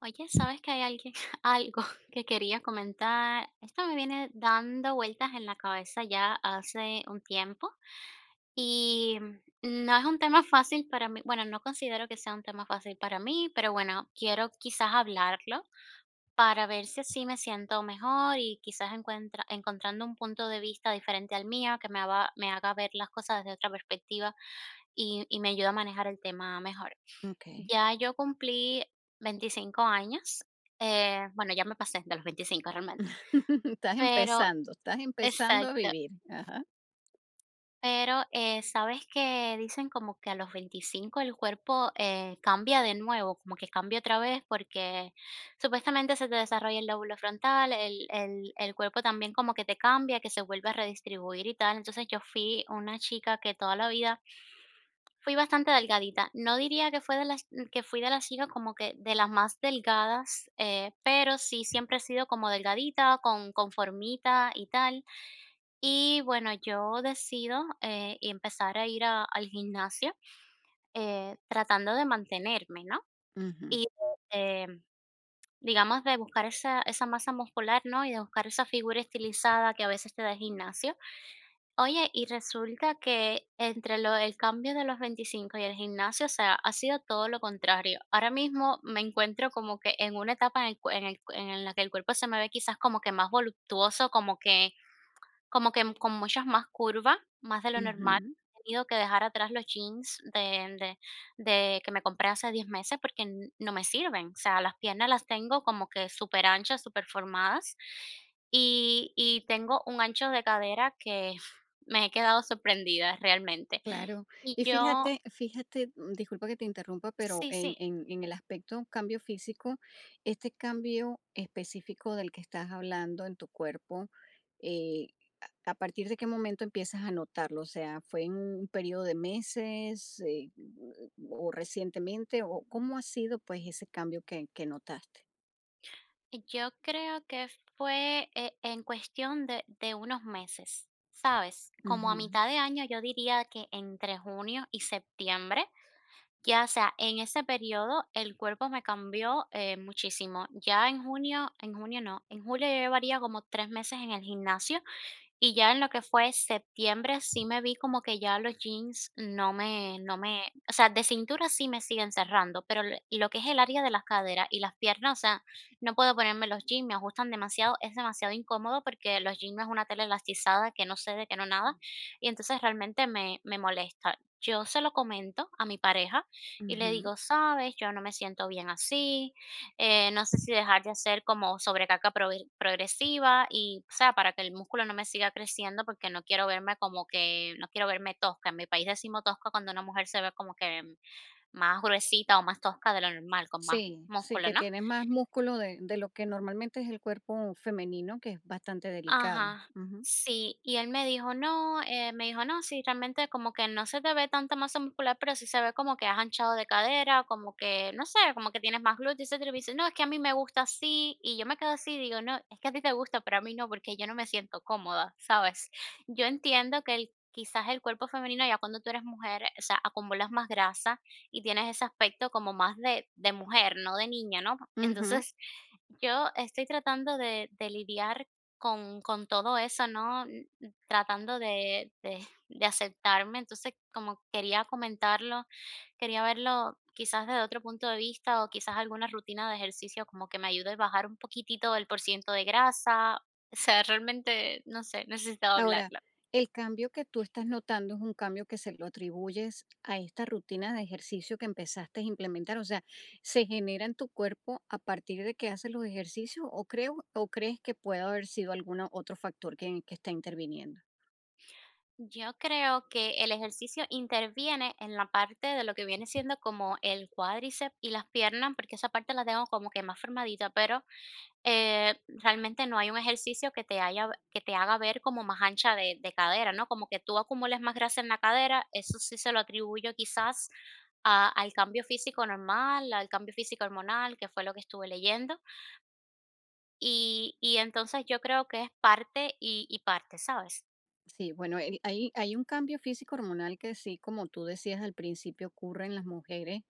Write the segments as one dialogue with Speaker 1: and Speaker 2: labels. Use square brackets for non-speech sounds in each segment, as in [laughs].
Speaker 1: Oye, sabes que hay alguien, [laughs] algo que quería comentar. Esto me viene dando vueltas en la cabeza ya hace un tiempo y no es un tema fácil para mí. Bueno, no considero que sea un tema fácil para mí, pero bueno, quiero quizás hablarlo para ver si así me siento mejor y quizás encontrando un punto de vista diferente al mío que me haga ver las cosas desde otra perspectiva y me ayuda a manejar el tema mejor.
Speaker 2: Okey.
Speaker 1: Ya yo cumplí 25 años. Bueno, ya me pasé de los 25 realmente,
Speaker 2: [laughs]
Speaker 1: pero,
Speaker 2: Estás empezando a
Speaker 1: exacto,
Speaker 2: vivir. Ajá.
Speaker 1: pero sabes que dicen como que a los 25 el cuerpo, cambia de nuevo, como que cambia otra vez porque supuestamente se te desarrolla el lóbulo frontal, el cuerpo también como que te cambia, que se vuelve a redistribuir y tal. Entonces, yo fui una chica que toda la vida fui bastante delgadita. No diría que fue que fui de las chicas como que de las más delgadas, pero sí siempre he sido como delgadita, con formita y tal. Y bueno, yo decido, y empezar a ir a al gimnasio, tratando de mantenerme, ¿no?
Speaker 2: Ujú,
Speaker 1: Y, eh, digamos, de buscar esa masa muscular, ¿no? Y de buscar esa figura estilizada que a veces te da el gimnasio. Oye, y resulta que entre lo el cambio de los 25 y el gimnasio, o sea, ha sido todo lo contrario. Ahora mismo me encuentro como que en una etapa en la que el cuerpo se me ve quizás como que más voluptuoso, como que con muchas más curvas, más de lo normal.
Speaker 2: ujú,
Speaker 1: He tenido que dejar atrás los jeans de que me compré hace 10 meses porque n no me sirven. O sea, las piernas las tengo como que súper anchas, superanchas, formadas y tengo un ancho de cadera que [laughs] me he quedado sorprendida realmente.
Speaker 2: claro.
Speaker 1: Y
Speaker 2: Y
Speaker 1: yo,
Speaker 2: fíjate, disculpa que te interrumpa, pero
Speaker 1: sí,
Speaker 2: en
Speaker 1: sí,
Speaker 2: en el aspecto cambio físico, este cambio específico del que estás hablando en tu cuerpo, eh, a partir de qué momento empiezas a notarlo? O sea, ¿fue en un período de meses, o recientemente? O ¿cómo ha sido, pues, ese cambio que notaste?
Speaker 1: yo creo que fue, en cuestión de unos meses, ¿sabes? Como a
Speaker 2: Ujú,
Speaker 1: mitad de año, yo diría que entre junio y septiembre. Ya sea, en ese periodo el cuerpo me cambió, muchísimo. Ya en junio, en junio no, en julio yo llevaría como 3 meses en el gimnasio, y ya en lo que fue septiembre sí me vi como que ya los jeans no me o sea, de cintura sí me siguen cerrando, pero l lo que es el área de las caderas y las piernas, o sea, no puedo ponerme los jeans, me ajustan demasiado, es demasiado incómodo porque los jeans no es una tela elastizada, que no cede, que no nada, y entonces realmente me molesta. Yo se lo comento a mi pareja y le
Speaker 2: ujú.
Speaker 1: digo: "¿Sabes? Yo no me siento bien así, no sé si dejar de hacer como sobrecarga progresiva y, o sea, para que el músculo no me siga creciendo porque no quiero verme como que, no quiero verme tosca. En mi país decimos tosca cuando una mujer se ve como que más gruesita o más tosca de lo normal, con más
Speaker 2: Sí, sí,
Speaker 1: músculo,
Speaker 2: que
Speaker 1: ¿no?".
Speaker 2: tiene más músculo de lo que normalmente es el cuerpo femenino, que es bastante delicado.
Speaker 1: Ajá.
Speaker 2: Ujú,
Speaker 1: Sí, y él me dijo: "No, sí, realmente como que no se te ve tanta masa muscular, pero sí se ve como que has anchado de cadera, como que, no sé, como que tienes más glúteos, etcétera". Y me dice: "No, es que a mí me gusta así". Y yo me quedo así, digo: "No, es que a ti te gusta, pero a mí no, porque yo no me siento cómoda", ¿sabes? Yo entiendo que el quizás el cuerpo femenino, ya cuando tú eres mujer, o sea, acumulas más grasa y tienes ese aspecto como más de mujer, no de niña, ¿no? [laughs]
Speaker 2: ujú.
Speaker 1: Entonces, yo estoy tratando de lidiar con todo eso, ¿no? N Tratando de aceptarme. Entonces, como quería comentarlo, quería verlo quizás desde otro punto de vista, o quizás alguna rutina de ejercicio como que me ayude a bajar un poquitito el porciento de grasa. [laughs] O sea, realmente, no sé, necesitaba
Speaker 2: Ahora,
Speaker 1: hablarlo.
Speaker 2: el cambio que tú estás notando es un cambio que se lo atribuyes a esta rutina de ejercicio que empezaste a implementar. O sea, ¿se genera en tu cuerpo a partir de que haces los ejercicios o creo, o crees que puede haber sido algún otro factor que está interviniendo?
Speaker 1: Yo creo que el ejercicio interviene en la parte de lo que viene siendo como el cuádriceps y las piernas, porque esa parte la tengo como que más formadita, pero realmente no hay un ejercicio que te, haya, que te haga ver como más ancha de cadera, ¿no? Como que tú acumules más grasa en la cadera, eso sí se lo atribuyo quizás al cambio físico normal, al cambio físico hormonal, que fue lo que estuve leyendo. Y entonces yo creo que es parte y parte, ¿sabes?
Speaker 2: Sí, bueno, el- hay un cambio físico hormonal que sí, como tú decías al principio, ocurre en las mujeres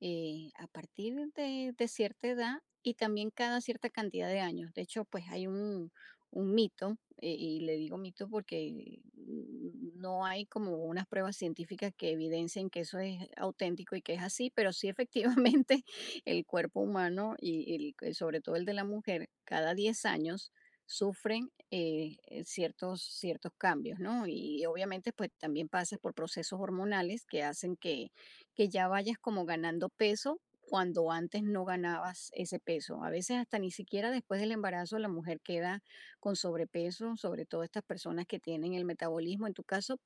Speaker 2: a partir de cierta edad y también cada cierta cantidad de años. De hecho, pues hay un mito, y le digo mito porque no hay como unas pruebas científicas que evidencien que eso es auténtico y que es así, pero sí efectivamente [laughs] el cuerpo humano y el- sobre todo el de la mujer, cada 10 años sufren ciertos, ciertos cambios, ¿no? Y obviamente pues también pasas por procesos hormonales que hacen que ya vayas como ganando peso cuando antes no ganabas ese peso. A veces hasta ni siquiera después del embarazo la mujer queda con sobrepeso, sobre todo estas personas que tienen el metabolismo en tu caso.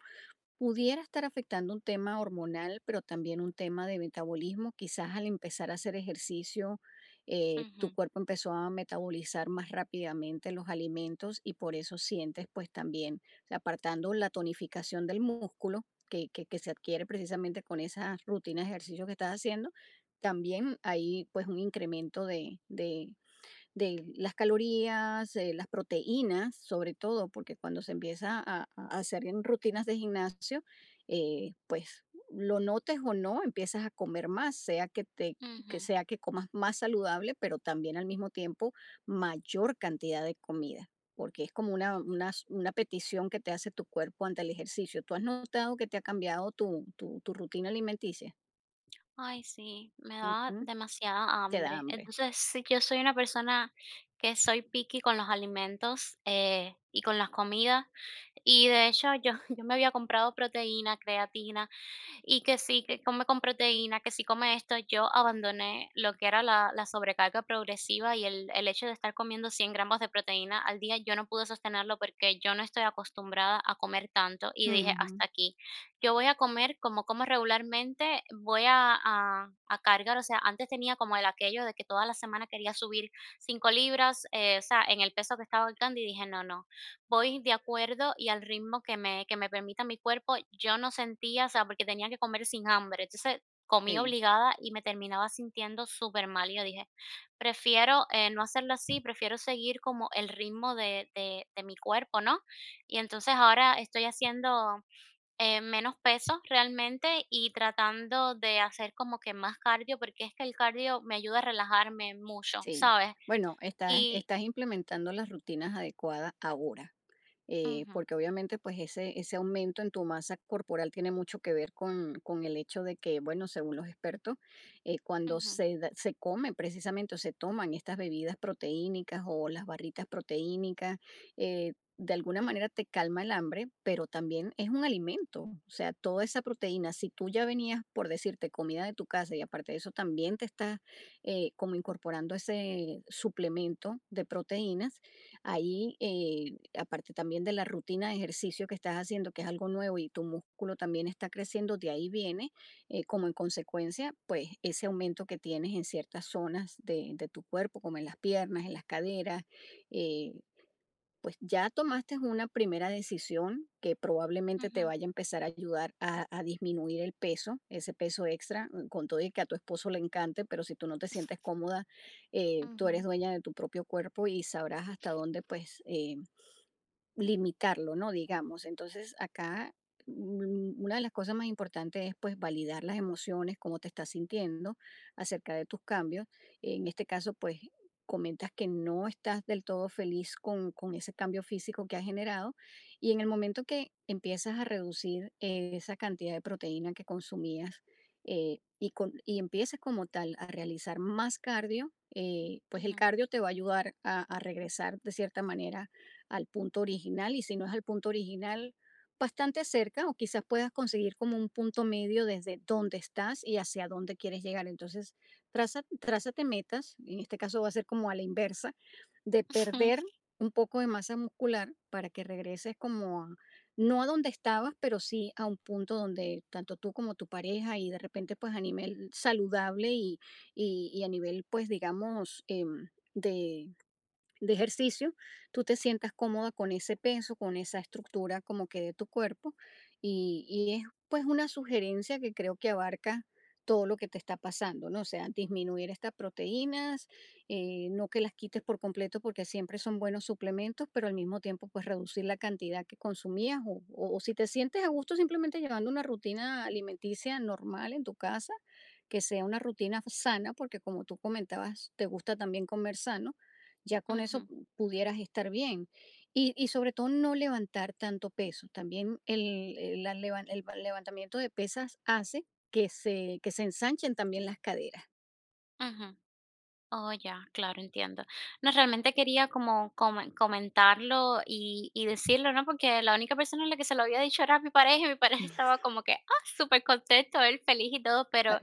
Speaker 2: Pudiera estar afectando un tema hormonal, pero también un tema de metabolismo. Quizás al empezar a hacer ejercicio,
Speaker 1: Ujú,
Speaker 2: tu cuerpo empezó a metabolizar más rápidamente los alimentos y por eso sientes pues también, o sea, apartando la tonificación del músculo que se adquiere precisamente con esas rutinas de ejercicio que estás haciendo, también hay pues un incremento de las calorías, las proteínas, sobre todo, porque cuando se empieza a hacer en rutinas de gimnasio, pues lo notes o no, empiezas a comer más, sea que te, que
Speaker 1: ujú.
Speaker 2: sea que comas más saludable, pero también al mismo tiempo mayor cantidad de comida, porque es como una petición que te hace tu cuerpo ante el ejercicio. ¿Tú has notado que te ha cambiado tu, tu, tu rutina alimenticia?
Speaker 1: Ay, sí, me da
Speaker 2: Ujú.
Speaker 1: demasiada
Speaker 2: Te da
Speaker 1: hambre.
Speaker 2: hambre.
Speaker 1: Entonces, sí, yo soy una persona que soy picky con los alimentos y con las comidas. Y de hecho, yo, [laughs] yo me había comprado proteína, creatina, y que sí, que come con proteína, que sí come esto. Yo abandoné lo que era la, la sobrecarga progresiva y el hecho de estar comiendo 100 gramos de proteína al día. Yo no pude sostenerlo porque yo no estoy acostumbrada a comer tanto y dije,
Speaker 2: Ujú.
Speaker 1: hasta aquí, yo voy a comer como, como regularmente, voy a, a cargar, o sea, antes tenía como el aquello de que toda la semana quería subir 5 libras, o sea, en el peso que estaba ahorcando y dije: "No, no voy de acuerdo y al ritmo que me, que me permita mi cuerpo". Yo no sentía, o sea, porque tenía que comer sin hambre. Entonces, comí
Speaker 2: Sí.
Speaker 1: obligada y me terminaba sintiendo súper mal. Y yo dije: "Prefiero, no hacerlo así, prefiero seguir como el ritmo de mi cuerpo", ¿no? Y entonces ahora estoy haciendo, menos peso realmente y tratando de hacer como que más cardio, porque es que el cardio me ayuda a relajarme mucho,
Speaker 2: Sí,
Speaker 1: ¿sabes?
Speaker 2: bueno, estás,
Speaker 1: Y
Speaker 2: estás implementando las rutinas adecuadas ahora
Speaker 1: ujú,
Speaker 2: porque obviamente pues ese aumento en tu masa corporal tiene mucho que ver con el hecho de que, bueno, según los expertos, cuando
Speaker 1: ujú,
Speaker 2: se, da- se come precisamente o se toman estas bebidas proteínicas o las barritas proteínicas, de alguna manera te calma el hambre, pero también es un alimento. O sea, toda esa proteína, si tú ya venías por decirte comida de tu casa y aparte de eso también te estás como incorporando ese suplemento de proteínas, ahí aparte también de la rutina de ejercicio que estás haciendo, que es algo nuevo y tu músculo también está creciendo, de ahí viene como en consecuencia, pues ese aumento que tienes en ciertas zonas de tu cuerpo, como en las piernas, en las caderas, eh, pues ya tomaste una primera decisión que probablemente te
Speaker 1: ujú,
Speaker 2: vaya a empezar a ayudar a disminuir el peso, ese peso extra, con todo y que a tu esposo le encante, pero si tú no te sientes cómoda, tú eres
Speaker 1: ujú,
Speaker 2: dueña de tu propio cuerpo y sabrás hasta dónde pues limitarlo, ¿no? Digamos, entonces acá una de las cosas más importantes es pues validar las emociones, cómo te estás sintiendo acerca de tus cambios. En este caso, pues comentas que no estás del todo feliz con ese cambio físico que has generado y en el momento que empiezas a reducir esa cantidad de proteína que consumías y, con, y empiezas como tal a realizar más cardio, pues el
Speaker 1: ujú.
Speaker 2: cardio te va a ayudar a regresar de cierta manera al punto original y si no es al punto original, bastante cerca o quizás puedas conseguir como un punto medio desde dónde estás y hacia dónde quieres llegar. Entonces, traza, trázate metas, en este caso va a ser como a la inversa, de perder
Speaker 1: [laughs]
Speaker 2: un poco de masa muscular para que regreses como a- no a donde estabas, pero sí a un punto donde tanto tú como tu pareja y de repente pues a nivel saludable y a nivel pues digamos de de ejercicio, tú te sientas cómoda con ese peso, con esa estructura como que de tu cuerpo y es pues una sugerencia que creo que abarca todo lo que te está pasando, ¿no? O sea, disminuir estas proteínas, no que las quites por completo porque siempre son buenos suplementos, pero al mismo tiempo pues reducir la cantidad que consumías o si te sientes a gusto simplemente llevando una rutina alimenticia normal en tu casa, que sea una rutina sana, porque como tú comentabas, te gusta también comer sano ya con eso
Speaker 1: Ujú,
Speaker 2: pudieras estar bien. Y sobre todo no levantar tanto peso. También el- la levan- el va- levantamiento de pesas hace que se ensanchen también las caderas.
Speaker 1: ujú. Oh, ya, claro, entiendo. No, realmente quería como comentarlo y decirlo, ¿no? Porque la única persona a la que se lo había dicho era mi pareja y mi pareja estaba como que, ah, súper contento, él feliz y todo,
Speaker 2: Ah.
Speaker 1: pero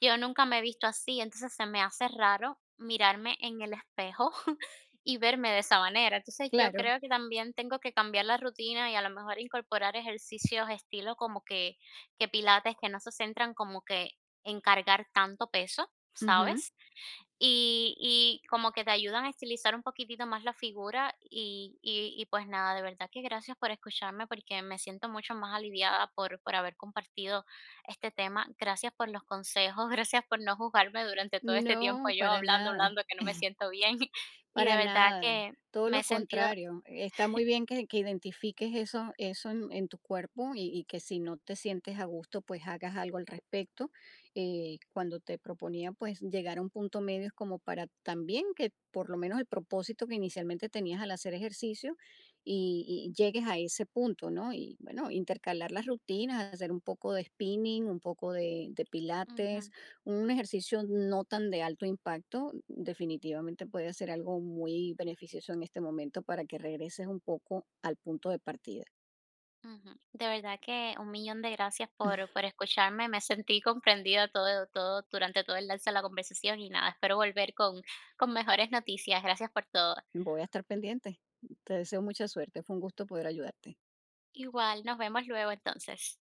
Speaker 1: yo nunca me he visto así, entonces se me hace raro mirarme en el espejo [laughs] y verme de esa manera. Entonces yo
Speaker 2: Claro.
Speaker 1: creo que también tengo que cambiar la rutina y a lo mejor incorporar ejercicios estilo como que pilates, que no se centran como que en cargar tanto peso,
Speaker 2: Ujú.
Speaker 1: ¿sabes? Y como que te ayudan a estilizar un poquitito más la figura y pues nada, de verdad que gracias por escucharme, porque me siento mucho más aliviada por haber compartido este tema. Gracias por los consejos, [laughs] gracias por no juzgarme durante todo este tiempo
Speaker 2: No,
Speaker 1: yo
Speaker 2: para
Speaker 1: hablando,
Speaker 2: nada.
Speaker 1: hablando que no me siento bien. [laughs] Y de
Speaker 2: Para
Speaker 1: verdad
Speaker 2: nada,
Speaker 1: que
Speaker 2: todo
Speaker 1: me
Speaker 2: lo
Speaker 1: he sentido
Speaker 2: contrario. Está muy bien que identifiques eso, eso en tu cuerpo y que si no te sientes a gusto, pues hagas algo al respecto. Cuando te proponía, pues llegar a un punto medio es como para también que por lo menos el propósito que inicialmente tenías al hacer ejercicio y llegues a ese punto, ¿no? Y bueno, intercalar las rutinas, hacer un poco de spinning, un poco de pilates,
Speaker 1: ujú.
Speaker 2: un ejercicio no tan de alto impacto definitivamente puede ser algo muy beneficioso en este momento para que regreses un poco al punto de partida.
Speaker 1: Ujú. De verdad que un millón de gracias por,
Speaker 2: [laughs]
Speaker 1: por escucharme. Me sentí comprendida todo, todo durante todo el lance de la conversación y nada, espero volver con mejores noticias. Gracias por todo.
Speaker 2: Voy a estar pendiente. Te deseo mucha suerte. Fue un gusto poder ayudarte.
Speaker 1: Igual, nos vemos luego entonces.